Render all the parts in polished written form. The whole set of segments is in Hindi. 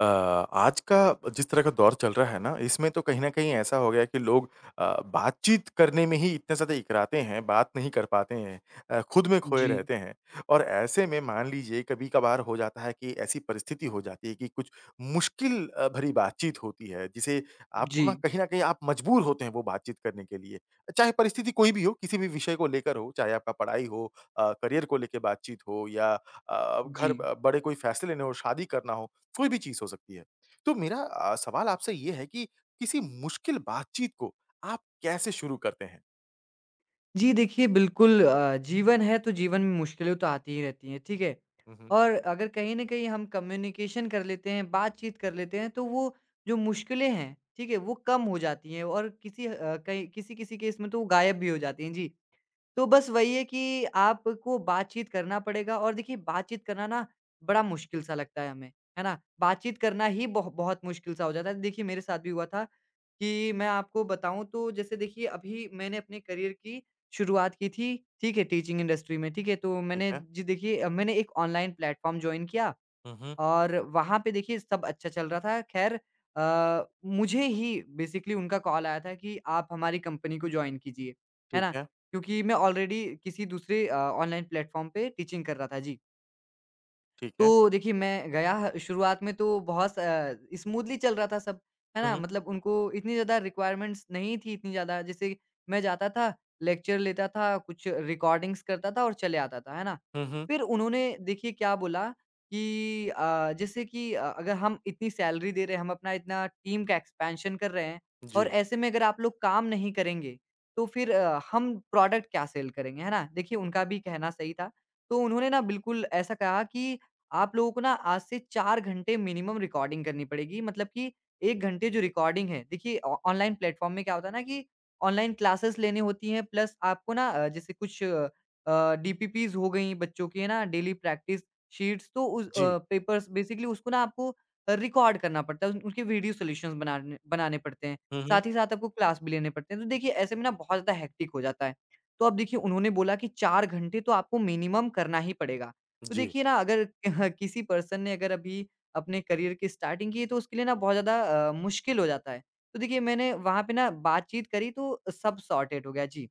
आज का जिस तरह का दौर चल रहा है ना, इसमें तो कहीं न कहीं ऐसा हो गया है कि लोग अ, बातचीत करने में ही इतने ज़्यादा इकराते हैं, बात नहीं कर पाते हैं। खुद में खोए जी, रहते हैं और ऐसे में मान लीजिए कभी-कभार हो जाता है कि ऐसी परिस्थिति हो जाती है कि कुछ मुश्किल भरी बातचीत होती है, जिसे जी, आपको ना कहीं न कहीं आप मजबूर होते हैं वो बातचीत करने के लिए। चाहे परिस्थिति कोई भी हो, किसी भी विषय को लेकर हो, चाहे आपका पढ़ाई हो करियर को लेके बातचीत हो या जी। घर बड़े कोई फैसले लेने हो, शादी करना हो, कोई भी चीज़ हो सकती है। तो मेरा सवाल आपसे ये है कि किसी मुश्किल बातचीत को आप कैसे शुरू करते हैं? जी, देखिए बिल्कुल जीवन है तो जीवन में मुश्किलें तो आती ही रहती हैं, ठीक है? हुँ, हुँ। और अगर कहीं न कहीं हम कम्युनिकेशन कर लेते हैं, बातचीत कर लेते हैं, तो वो जो मुश्किलें हैं, ठीक है? वो कम हो जाती हैं और कहीं किसी-किसी केस में तो वो गायब भी हो जाती हैं। जी। तो बस वही है कि आपको बातचीत करना पड़ेगा और देखिए बातचीत करना ना बड़ा मुश्किल सा लगता है हमें, है ना? बातचीत करना ही बहुत मुश्किल सा हो जाता है। देखिए मेरे साथ भी हुआ था कि मैं आपको बताऊँ तो जैसे देखिए अभी मैंने अपने करियर की शुरुआत की थी, ठीक है? टीचिंग इंडस्ट्री में, ठीक है? तो ठीक मैंने है। जी देखिए मैंने एक ऑनलाइन प्लेटफ़ॉर्म जॉइन किया हुँ, हुँ। और वहाँ पे देखिए सब अच्छा चल रहा था। ख़ैर मुझे ही बेसिकली उनका कॉल आया था कि आप हमारी कंपनी को जॉइन कीजिए। है ठीक ना? है, क्योंकि मैं ऑलरेडी किसी दूसरे ऑनलाइन प्लेटफ़ॉर्म पे टीचिंग कर रहा था। जी। ठीक है। तो देखिए, मैं गया शुरुआत में तो बहुत स्मूथली चल रहा था सब, है हुँ, ना? हुँ। मतलब उनको इतनी ज़्यादा रिक्वायरमेंट्स नहीं थी इतनी ज़्यादा, जैसे मैं जाता था, लेक्चर लेता था, कुछ रिकॉर्डिंग्स करता था और चले आता था, है ना? हुँ, हुँ। फिर उन्होंने देखिए क्या बोला कि जैसे कि अगर हम इतनी सैलरी दे रहे हैं, हम अपना इतना टीम का एक्सपेंशन कर रहे हैं और जी, ऐसे में अगर आप लोग काम नहीं करेंगे, तो फिर हम प्रोडक्ट क्या सेल करेंगे, है ना? देखिए, उनका भी कहना सही था। तो उन्होंने ना बिल्कुल ऐसा कहा कि आप लोगों को ना आज से 4 घंटे मिनिमम रिकॉर्डिंग करनी पड़ेगी। मतलब कि 1 घंटे जो रिकॉर्डिंग है देखिए ऑ ऑनलाइन प्लेटफ़ॉर्म में क्या होता है ना कि ऑनलाइन क्लासेस लेनी होती हैं प्लस आपको ना जैसे कुछ डीपीपीज़ हो गई बच्चों की है ना डेली प्रैक्टिस शीट्स तो जी। पेपर्स बेसिकली उसको ना आपको रिकॉर्ड करना पड़ता है। उन उनके वीडियो सॉल्यूशंस बनाने बनाने पड़ते हैं। हुँ, हुँ। साथ ही साथ आपको क्लास भी लेने पड़ते हैं। तो देखिए ऐसे में ना बहुत ज़्यादा हेक्टिक हो जाता है। तो अब देखिए उन्होंने बोला कि 4 घंटे तो आपको मिनिमम करना ही पड़ेगा। तो जी। देखिए ना अगर किसी पर्सन ने अगर अभी अपने करियर की स्टार्टिंग की है तो उसके लिए ना बहुत ज़्यादा मुश्किल हो जाता है। तो देखिए मैंने वहाँ पे ना बातचीत करी तो सब सॉर्टेड हो गया जी।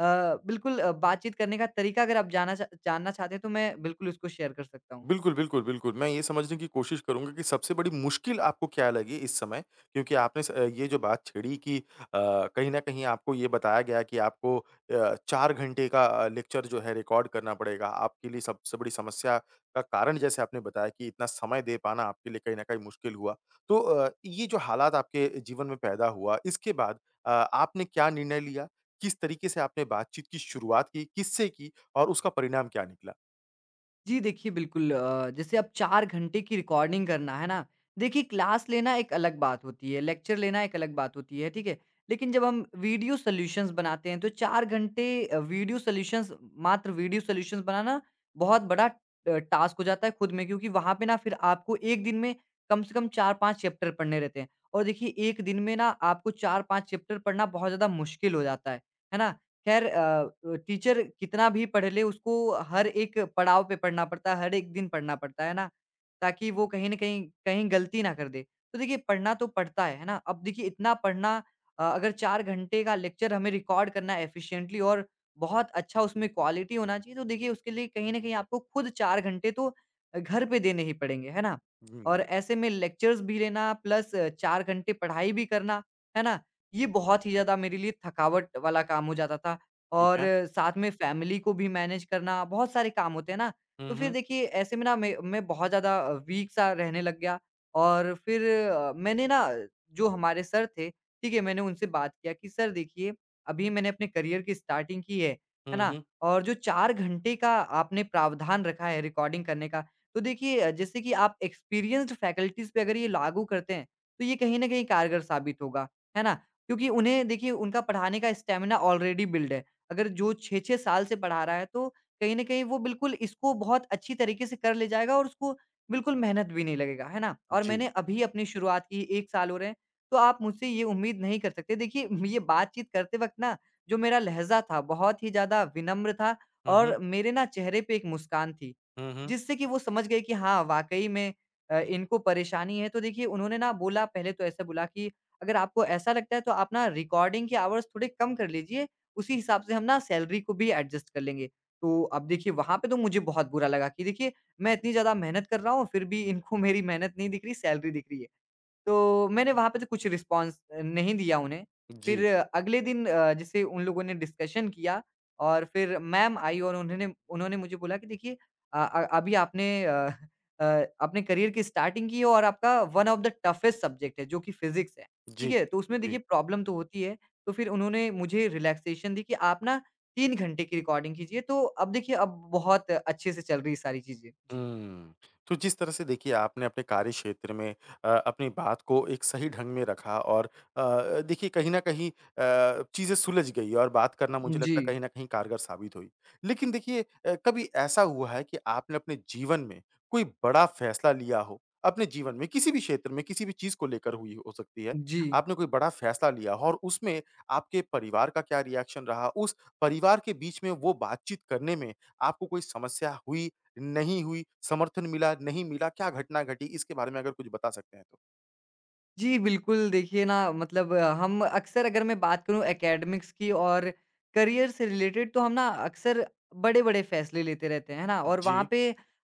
बिल्कुल बातचीत करने का तरीका अगर आप जाना चा जानना चाहते हैं तो मैं बिल्कुल उसको शेयर कर सकता हूँ। बिल्कुल, बिल्कुल, बिल्कुल। मैं ये समझने की कोशिश करूँगा कि सबसे बड़ी मुश्किल आपको क्या लगी इस समय? क्योंकि आपने स ये जो बात छेड़ी कि कहीं न कहीं आपको ये बताया गया कि आपको 4 घंटे का लेक्चर जो है रिकॉर्ड करना पड़ेगा। आपके लिए सबसे बड़ी समस्या का कारण जैसे आपने बताया कि इतना समय दे पाना आपके लिए कहीं न कहीं मुश्किल हुआ। तो ये जो हालात आपके जीवन में पैदा हुआ, इसके बाद आपने क्या निर्णय लिया? किस तरीके से आपने बातचीत की शुरुआत की? किससे की? और उसका परिणाम क्या निकला? जी, देखिए बिल्कुल जैसे अब 4 घंटे की रिकॉर्डिंग करना, है ना? देखिए क्लास लेना एक अलग बात होती है, लेक्चर लेना एक अलग बात होती है, ठीक है? लेकिन जब हम वीडियो सॉल्यूशंस बनाते हैं तो 4 घंटे वीडियो सॉल्यूशंस मात्र वीडियो सॉल्यूशंस बनाना बहुत बड़ा टास्क हो जाता है खुद में क्योंकि वहाँ पे ना फिर आपको 1 दिन में कम से कम 4-5 चैप्टर पढ़ने रहते हैं। और देखिए 1 दिन में ना आपको 4-5 चैप्टर पढ़ना बहुत ज़्यादा मुश्किल हो जाता है ना? ख़ैर टीचर कितना भी पढ़ ले उसको हर एक पड़ाव पे पढ़ना पड़ता है, हर एक दिन पढ़ना पड़ता है ना, ताकि वो कहीं न कहीं कहीं गलती ना कर दे। तो देखिए पढ़ना तो पड़ता है ना? अब देखिए इतना पढ़ना अगर 4 घंटे का लेक्चर हमें रिकॉर्ड करना है एफ़िशिएंटली और बहुत अच्छा उसमें क्वालिटी होना चाहिए, तो देखिए उसके लिए कहीं न कहीं आपको खुद 4 घंटे तो घर पे देने ही पड़ेंगे, है ना? और हुँ, ऐसे में लेक्चर्स भी लेना प्लस 4 घंटे पढ़ाई भी करना, है ना? ये बहुत ही ज़्यादा मेरे लिए थकावट वाला काम हो जाता था। ठीक और है। साथ में फैमिली को भी मैनेज करना, बहुत सारे काम होते हैं ना, हुँ, तो फिर हुँ। देखिए ऐसे में ना मैं बहुत ज़्यादा वीक सा रहने लग गया और फिर मैंने ना जो हमारे सर थे, ठीक है, मैंने उनसे बात किया कि सर देखिए, अभी मैंने अपने करियर की स्टार्टिंग की है हुँ, ना? हुँ। और जो 4 घंटे का आपने प्रावधान रखा है रिकॉर्डिंग करने का, तो देखिए जैसे कि आप एक्सपीरियंस्ड फैकल्टीज़ पे अगर ये लागू करते हैं, तो ये कहीं न कहीं कारगर साबित होगा, है ना? क्योंकि उन्हें देखिए उनका पढ़ाने का स्टैमिना ऑलरेडी बिल्ड है। अगर जो 6-6 साल से पढ़ा रहा है तो कहीं न कहीं वो बिल्कुल इसको बहुत अच्छी तरीके से कर ले जाएगा और उसको बिल्कुल मेहनत भी नहीं लगेगा, है ना? और जी। मैंने अभी अपनी शुरुआत की 1 साल हो रहे हैं, तो आप मुझसे ये उम्मीद नहीं कर सकते। देखिए ये बातचीत करते वक़्त ना जो मेरा लहज़ा था बहुत ही ज़्यादा विनम्र था हुँ, और हुँ। मेरे ना चेहरे पे एक मुस्कान थी, हुँ, हुँ। जिससे कि वो समझ गए कि हाँ, वाक़ई में इनको परेशानी है। तो देखिए उन्होंने ना बोला पहले तो ऐसे बोला कि अगर आपको ऐसा लगता है तो आप ना रिकॉर्डिंग के आवर्स थोड़े कम कर लीजिए उसी हिसाब से हम ना सैलरी को भी एडजस्ट कर लेंगे। तो अब देखिए वहाँ पे तो मुझे बहुत बुरा लगा कि देखिए मैं इतनी ज़्यादा मेहनत कर रहा हूँ, फिर भी इनको मेरी मेहनत नहीं दिख रही, सैलरी दिख रही है। तो मैंने वहाँ पे तो कुछ रिस्पॉन्स नहीं दिया उन्हें। फिर जी, अगले दिन जैसे उन लोगों ने डिस्कशन किया और फिर मैम आई और उन्होंने उन्होंने मुझे बोला कि देखिए अभी आपने अ, अपने करियर की स्टार्टिंग की है और आपका one of the toughest subject है जो कि फिज़िक्स है, ठीक जी, है? तो उसमें देखिए जी। प्रॉब्लम तो होती है। तो फिर उन्होंने मुझे रिलैक्सेशन दी कि आप ना 3 घंटे की रिकॉर्डिंग कीजिए तो अब देखिए अब बहुत अच्छे से चल रही है सारी चीज़ें। जी। हुँ। तो जिस तरह से देखिए आपने अपने कार्य क्षेत्र में अपनी बात को एक सही ढंग में रखा और देखिए कहीं न कहीं चीज़ें सुलझ गई और बात करना मुझे जी। लगता है कहीं न कहीं कारगर साबित हुई। लेकिन देखिए कभी ऐसा हुआ है कि आपने अपने जीवन में कोई बड़ा फैसला लिया हो, अपने जीवन में किसी भी क्षेत्र में किसी भी चीज़ को लेकर हुई हो सकती है, जी। आपने कोई बड़ा फैसला लिया हो और उसमें आपके परिवार का क्या रिएक्शन रहा? उस परिवार के बीच में वो बातचीत करने में आपको कोई समस्या हुई नहीं हुई, समर्थन मिला, नहीं मिला, क्या घटना घटी? इसके बारे में अगर कुछ बता सकते हैं तो? जी, बिल्कुल, देखिए ना मतलब हम अक्सर अगर मैं बात करूँ एकेडमिक्स की और करियर से रिलेटेड तो हम ना अक्सर बड़े-बड़े फ़ैसले लेते रहते हैं, है ना? और वहाँ जी। पे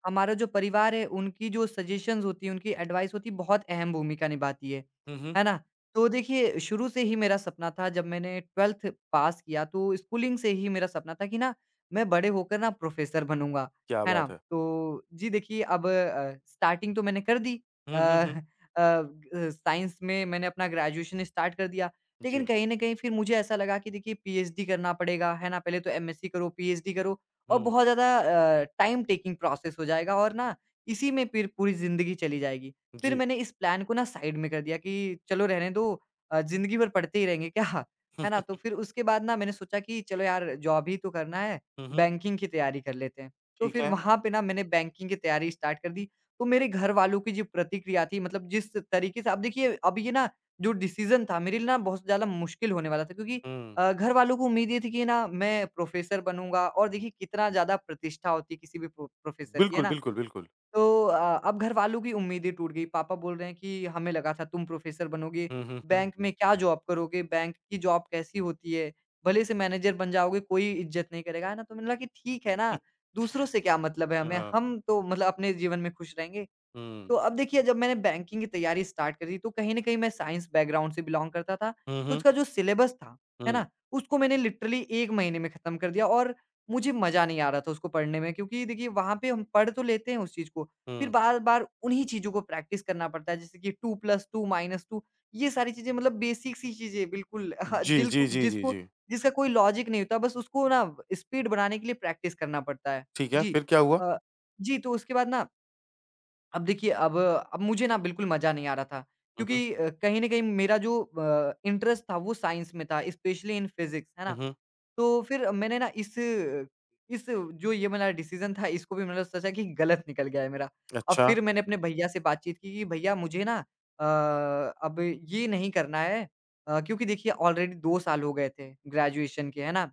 हमारा जो परिवार है उनकी जो सजेशंस होती हैं, उनकी एडवाइस होती है बहुत अहम भूमिका निभाती हुँ, हुँ। है ना? तो देखिए शुरू से ही मेरा सपना था जब मैंने 12th पास किया तो स्कूलिंग से ही मेरा सपना था कि ना मैं बड़े होकर ना प्रोफ़ेसर बनूँगा, क्या है ना? बात है! तो जी, देखिए अब स्टार्टिंग तो मैंने कर दी। अ, हुँ, हुँ, अ, हुँ। ग साइंस में मैंने अपना ग्रेजुएशन स्टार्ट कर दिया। लेकिन जी। कहीं न कहीं फिर मुझे ऐसा लगा कि देखिए पीएचडी करना पड़ेगा, है ना? पहले तो एमएससी करो, पीएचडी करो और हुँ, बहुत ज़्यादा टाइम टेकिंग प्रोसेस हो जाएगा और ना इसी में फिर पूरी ज़िंदगी चली जाएगी। फिर जी। मैंने इस प्लान को ना साइड में कर दिया कि चलो रहने दो ज़िंदगी भर पढ़ते ही रहेंगे क्या? है ना? तो फिर उसके बाद ना मैंने सोचा कि चलो यार जॉब ही तो करना है, हुँ, हुँ, हुँ। बैंकिंग की तैयारी कर लेते हैं। तो ठीक फिर है। वहाँ पे ना मैंने बैंकिंग की तैयारी स्टार्ट कर दी तो मेरे घर वालों की जो प्रतिक्रिया थी मतलब जिस तरीके से अब देखिए अब ये ना जो डिसीज़न था मेरे लिए ना बहुत ज़्यादा मुश्किल होने वाला था क्योंकि हुँ। घर वालों को उम्मीद ये थी कि ना मैं प्रोफ़ेसर बनूँगा और देखिए कितना ज़्यादा प्रतिष्ठा होती है किसी भी प्रोफ़ेसर की, है बिल्कुल, ना? बिल्कुल, बिल्कुल। तो अब घर वालों की उम्मीदें टूट गई, पापा बोल रहे हैं कि हमें लगा था तुम प्रोफ़ेसर बनोगे, हुँ, हुँ, हुँ। बैंक में क्या जॉब करोगे, बैंक की जॉब कैसी होती है? भले से मैनेजर बन जाओगे कोई इज़्ज़त नहीं करेगा, है ना? तो मैंने लगा कि ठीक है ना, दूसरों से क्या मतलब है हमें, हाँ। हम तो मतलब अपने जीवन में खुश रहेंगे। हुँ। तो अब देखिए जब मैंने बैंकिंग की तैयारी स्टार्ट करी तो कहीं न कहीं मैं साइंस बैकग्राउंड से बिलॉन्ग करता था, हुँ, तो हुँ, उसका जो सिलेबस था, है हुँ, ना? उसको मैंने लिटरली 1 महीने में खत्म कर दिया और मुझे मज़ा नहीं आ रहा था उसको पढ़ने में क्योंकि देखिए वहाँ पे हम पढ़ तो लेते हैं उस चीज़ को, फिर हुँ। बार-बार उन्हीं चीज़ों को प्रैक्टिस करना पड़ता है जैसे कि 2+2-2 ये सारी चीज़ें मतलब बेसिक सी चीज़ें बिल्कुल जी, जिल्कु जी, जी, जी, जिसको जी। जिसका कोई लॉजिक नहीं होता बस उसको ना स्पीड बढ़ाने के लिए प्रैक्टिस करना पड़ता है। ठीक है, जी। फिर क्या हुआ? अ, जी, तो उसके बाद ना अब देखिए अब मुझे ना बिल्कुल मज़ा नहीं आ रहा था हुँ, क्योंकि हुँ, कहीं न कहीं मेरा जो इंटरेस्ट था वो साइंस में था स्पेशली इन फिज़िक्स, है ना? हुँ, हुँ। तो फिर मैंने ना इस जो ये मेरा डिसीज़न था इसको भी मतलब सोचा कि गलत निकल गया है मेरा। अब अच्छा। फिर मैंने अपने भैया से बातचीत की कि भैया मुझे ना अ, अब ये नहीं करना है क्योंकि देखिए ऑलरेडी 2 साल हो गए थे ग्रेजुएशन के, है ना?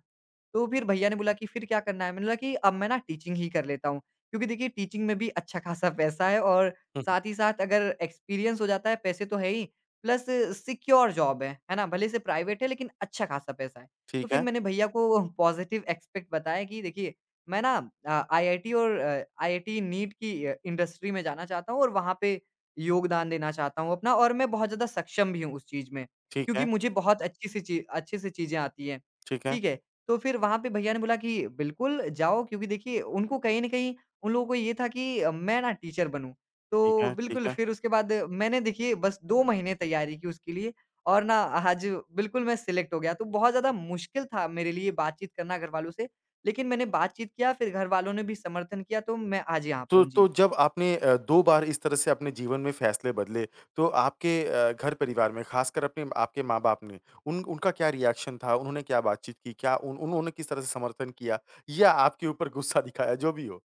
तो फिर भैया ने बोला कि फिर क्या करना है? मैंने बोला कि अब मैं ना टीचिंग ही कर लेता हूँ। क्योंकि देखिए टीचिंग में भी अच्छा खासा पैसा है और हुँ, हुँ। साथ ही साथ अगर एक्सपीरियंस हो जाता है पैसे तो है ही प्लस सिक्योर जॉब है ना? भले से प्राइवेट है लेकिन अच्छा खासा पैसा है। तो ठीक फिर है, मैंने भैया को पॉजिटिव एस्पेक्ट बताया कि देखिए मैं ना आईआईटी और आईआईटी नीट की इंडस्ट्री में जाना चाहता हूँ और वहाँ पे योगदान देना चाहता हूँ अपना और मैं बहुत ज़्यादा सक्षम भी हूँ उस चीज़ में, ठीक क्योंकि है, मुझे बहुत अच्छी सी ची अच्छे से चीज़ें आती हैं। ठीक है, ठीक है? तो फिर वहाँ पे भैया ने बोला कि बिल्कुल जाओ क्योंकि देखिए उनको कहीं न कहीं उन लोगों को ये था कि मैं ना टीचर बनूँ। ठीक तो है, ठीक बिल्कुल है। फिर उसके बाद मैंने देखिए बस 2 महीने तैयारी की उसके लिए और ना आज बिल्कुल मैं सिलेक्ट हो गया। तो बहुत ज़्यादा मुश्किल था मेरे लिए बातचीत करना घरवालों से, लेकिन मैंने बातचीत किया फिर घरवालों ने भी समर्थन किया तो मैं आज यहाँ पे तो हूँ। जी। तो जब आपने 2 बार इस तरह से अपने जीवन में फैसले बदले, तो आपके घर परिवार में ख़ासकर अपने आपके माँ-बाप ने उन उनका क्या रिएक्शन था? उन्होंने क्या बातचीत की? क्या उन उन्होंने किस तरह से समर्थन किया या आपके ऊपर गुस्सा दिखाया? जो भी हो।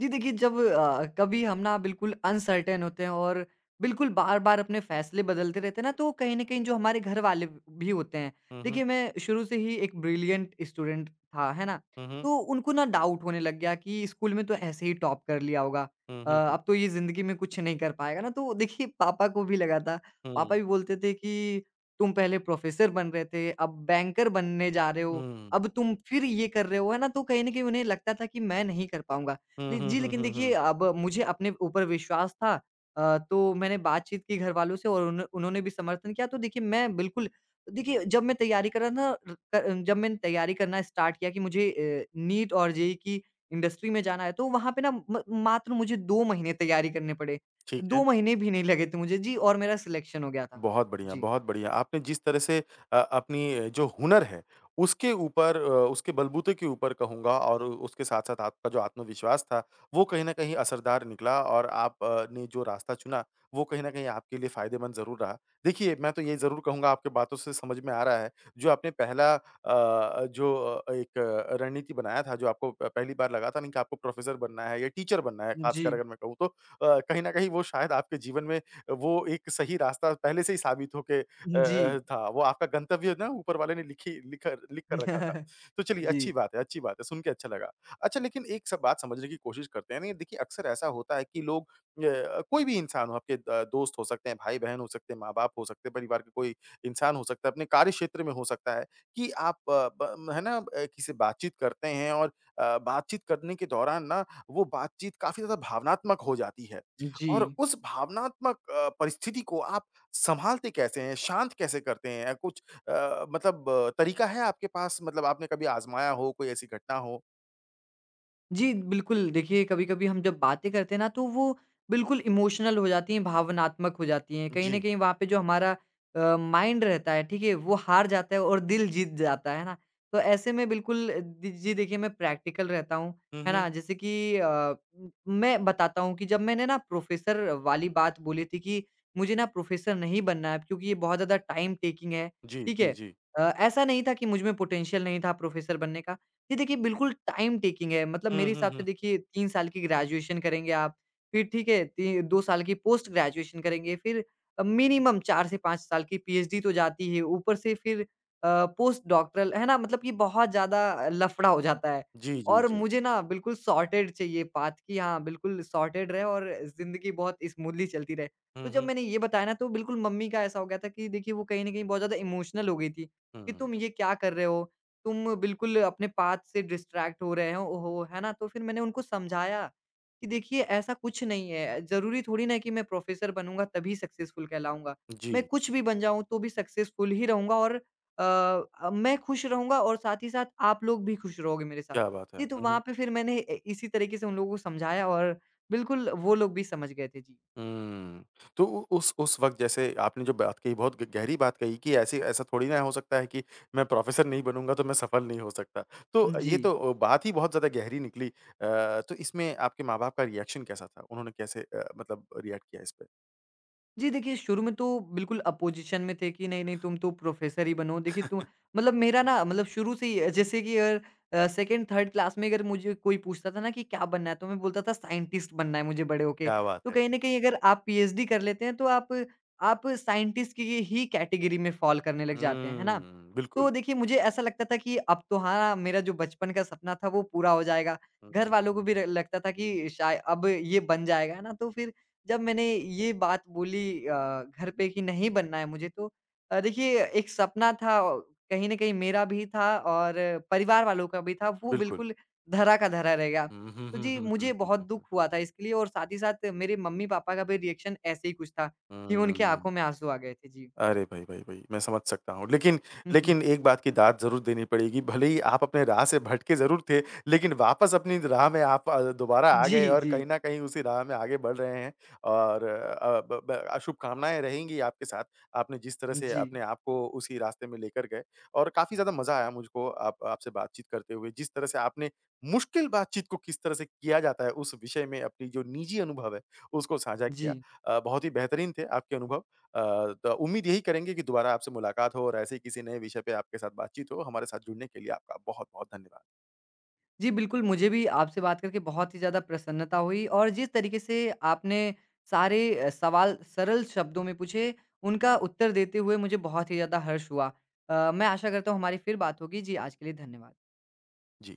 जी देखिए, जब कभी हम ना बिल्कुल अनसर्टेन होते हैं और बिल्कुल बार-बार अपने फ़ैसले बदलते रहते हैं ना, तो कहीं न कहीं जो हमारे घर वाले भी होते हैं। हुँ, हुँ। देखिए, मैं शुरू से ही एक ब्रिलिएंट स्टूडेंट था, है ना? हुँ, हुँ। तो उनको ना डाउट होने लग गया कि स्कूल में तो ऐसे ही टॉप कर लिया होगा, हुँ, हुँ, हुँ। अब तो ये ज़िंदगी में कुछ नहीं कर पाएगा ना। तो देखिए, पापा को भी लगा था, पापा हुँ। भी बोलते थे कि, "तुम पहले प्रोफ़ेसर बन रहे थे, अब बैंकर बनने जा रहे हो, हुँ। अब तुम फिर ये कर रहे हो।" है ना? तो कहीं न कहीं उन्हें लगता था कि मैं नहीं कर पाऊँगा। हुँ, ले हुँ, जी, हुँ, लेकिन हुँ, देखिए हुँ। अब मुझे अपने ऊपर विश्वास था, तो मैंने बातचीत की घरवालों से और उन्होंने भी समर्थन किया तो देखिए मैं बिल्कुल। देखिए जब मैं तैयारी कर रहा था, जब मैंने तैयारी करना स्टार्ट किया कि मुझे नीट और जेईई की इंडस्ट्री में जाना है तो वहाँ पे ना म मात्र मुझे 2 महीने तैयारी करने पड़े। ठीक 2 है। महीने भी नहीं लगे थे मुझे जी और मेरा सिलेक्शन हो गया था। बहुत बढ़िया, जी। बहुत बढ़िया। आपने जिस तरह से अपनी जो हुनर है, उसके ऊपर उसके बलबूते के ऊपर कहूँगा और उसके साथ-साथ आपका जो आत्मविश्वास था, वो कहीं न कहीं असरदार निकला और आप ने जो रास्ता चुना, वो कहीं न कहीं आपके लिए फ़ायदेमंद ज़रूर रहा। देखिए, मैं तो ये ज़रूर कहूँगा आपकी बातों से समझ में आ रहा है, जो आपने पहला जो एक रणनीति बनाया था, जो आपको प पहली बार लगा था ना कि आपको प्रोफ़ेसर बनना है या टीचर बनना है, जी। ख़ासकर अगर मैं कहूँ तो कहीं न कहीं वो शायद आपके जीवन में वो एक सही रास्ता पहले से ही साबित होके जी। था। वो आपका गंतव्य ना ऊपर वाले ने लिख कर रखा था। तो चलिए जी। अच्छी बात है, सुन के अच्छा लगा। अच्छा लेकिन एक सब बात समझने की कोशिश करते हैं ना, ये देखिए अक्सर ऐसा होता है कि लोग कोई भी इंसान हो आपके दोस्त हो सकते हैं, भाई-बहन हो सकते हैं, माँ-बाप हो सकते हैं, परिवार के कोई इंसान हो सकता है, अपने कार्य क्षेत्र में हो सकता है कि आप ब है ना किसी से बातचीत करते हैं और बातचीत करने के दौरान ना वो बातचीत काफ़ी ज़्यादा भावनात्मक हो जाती है। और जी। उस भावनात्मक परिस्थिति को आप सँभालते कैसे हैं? शांत कैसे करते हैं? या कुछ मतलब तरीका है आपके पास मतलब आपने कभी आज़माया हो, कोई ऐसी घटना हो? जी, बिल्कुल। देखिए, कभी-कभी हम जब बातें करते हैं ना, तो वो बिल्कुल इमोशनल हो जाती हैं, भावनात्मक हो जाती हैं। कहीं न जी। कहीं वहाँ पे जो हमारा माइंड रहता है, ठीक है? वो हार जाता है और दिल जीत जाता है ना? तो ऐसे में बिल्कुल अ, दि जी, देखिए, मैं प्रैक्टिकल रहता हूँ, हुँ, है हुँ। ना? जैसे कि मैं बताता हूँ कि जब मैंने ना प्रोफ़ेसर वाली बात बोली थी कि मुझे ना प्रोफ़ेसर नहीं बनना है, क्योंकि ये बहुत ज़्यादा टाइम टेकिंग है, जी, ठीक जी, है? जी। अ, ऐसा नहीं था कि मुझ में पोटेंशियल नहीं था प्रोफ़ेसर बनने का। जी देखिए, बिल्कुल टाइम टेकिंग है। मतलब हुँ, मेरे हुँ, हिसाब से हुँ। देखिए 3 साल की ग्रेजुएशन करेंगे आप, फिर ठीक है, ती 2 साल की पोस्ट ग्रेजुएशन करेंगे, फिर मिनिमम 4 से 5 साल की पीएचडी तो जाती है, ऊपर से फिर पोस्ट डॉक्टरल, है ना? मतलब ये बहुत ज़्यादा लफड़ा हो जाता है जी, जी, और जी। मुझे ना बिल्कुल सॉर्टेड चाहिए पाथ कि हाँ, बिल्कुल सॉर्टेड रहे और ज़िंदगी बहुत स्मूथली चलती रहे। हुँ, तो जब हुँ। मैंने ये बताया ना तो बिल्कुल मम्मी का ऐसा हो गया था कि देखिए वो कहीं न कहीं बहुत ज़्यादा इमोशनल हो गई थी, कि हुँ। तुम ये क्या कर रहे हो? तुम बिल्कुल अपने पाथ से डिस्ट्रैक्ट हो रहे हो, है ना? तो फिर मैंने उनको समझाया कि देखिए ऐसा कुछ नहीं है, ज़रूरी थोड़ी ना है कि मैं प्रोफ़ेसर बनूँगा तभी सक्सेसफुल कहलाऊँगा। जी, मैं कुछ भी बन जाऊँ तो भी सक्सेसफुल ही रहूँगा और मैं खुश रहूँगा और साथ ही साथ आप लोग भी खुश रहोगे मेरे साथ। क्या बात है। जी, तो हुँ, वहाँ हुँ। पे फिर मैंने ए इसी तरीके से उन लोगों को समझाया और बिल्कुल वो लोग भी समझ गए थे। जी। हुँ। तो उ उस वक़्त जैसे आपने जो बात कही बहुत ग गहरी बात कही कि ऐसे ऐसा थोड़ी ना हो सकता है कि मैं प्रोफ़ेसर नहीं बनूँगा तो मैं सफल नहीं हो सकता। तो जी। ये तो बात ही बहुत ज़्यादा गहरी निकली। तो इसमें आपके माँ-बाप का रिएक्शन कैसा था? उन्होंने कैसे मतलब रिएक्ट किया इस पे? जी, देखिए शुरू में तो बिल्कुल अपोज़िशन में थे कि नहीं-नहीं तुम तो प्रोफ़ेसर ही बनो। देखिए तुम। मतलब मेरा ना मतलब शुरू से ही जैसे कि अगर 2nd 3rd क्लास में अगर मुझे कोई पूछता था ना कि क्या बनना है? तो मैं बोलता था साइंटिस्ट बनना है मुझे बड़े होके। क्या बात तो है! कहीं न कहीं अगर आप पीएचडी कर लेते हैं तो आप साइंटिस्ट की ही कैटेगरी में फ़ॉल करने लग जाते हैं, है ना? हुँ, तो बिल्कुल। देखिए मुझे ऐसा लगता था कि अब तो हाँ, मेरा जो बचपन का सपना था वो पूरा हो जाएगा। घर हुँ, वालों को भी र लगता था कि शाय अब ये बन जाएगा, है ना? तो फिर जब मैंने ये बात बोली घर पे कि नहीं बनना है मुझे तो देखिए एक सपना था औ कहीं न कहीं मेरा भी था और परिवार वालों का भी था, वो बिल्कुल। बिल्कुल धरा का धरा रह गया। हुँ, हुँ, तो हुँ, जी, हुँ, मुझे हुँ, हुँ, बहुत हुँ, दुःख हुँ। हुआ था इसके लिए और साथ ही साथ मेरे मम्मी-पापा का भी रिएक्शन ऐसे ही कुछ था कि उनकी हुँ। आँखों में आँसू आ गए थे। जी। अरे भाई, भाई, भाई! मैं समझ सकता हूँ। लेकिन लेकिन एक बात की दाद ज़रूर देनी पड़ेगी, भले ही आप अपने राह से भटके ज़रूर थे, लेकिन वापस अपनी राह में आप दोबारा आ जी, गए और जी। कहीं न कहीं उसी राह में आगे बढ़ रहे हैं और अ, ब ब अ, शुभकामनाएँ रहेंगी आपके साथ। आपने जिस तरह से जी, अपने आप को उसी रास्ते में लेकर गए और काफ़ी ज़्यादा मज़ा आया मुझको आप आपसे बातचीत करते हुए। जिस तरह से आपने मुश्किल बातचीत को किस तरह से किया जाता है, उस विषय में अपनी जो निजी अनुभव है, उसको साझा किया। जी। बहुत ही बेहतरीन थे आपके अनुभव। अ, तो उम्मीद यही करेंगे कि दोबारा आपसे मुलाकात हो और ऐसे ही किसी नए विषय पे आपके साथ बातचीत हो। हमारे साथ जुड़ने के लिए आपका बहुत-बहुत धन्यवाद। जी, बिल्कुल, मुझे भी आपसे बात करके बहुत ही ज़्यादा प्रसन्नता हुई और जिस तरीके से आपने सारे सवाल सरल शब्दों में पूछे, उनका उत्तर देते हुए मुझे बहुत ही ज़्यादा हर्ष हुआ। मैं आशा करता हूँ हमारी फिर बात होगी। जी, आज के लिए धन्यवाद। जी।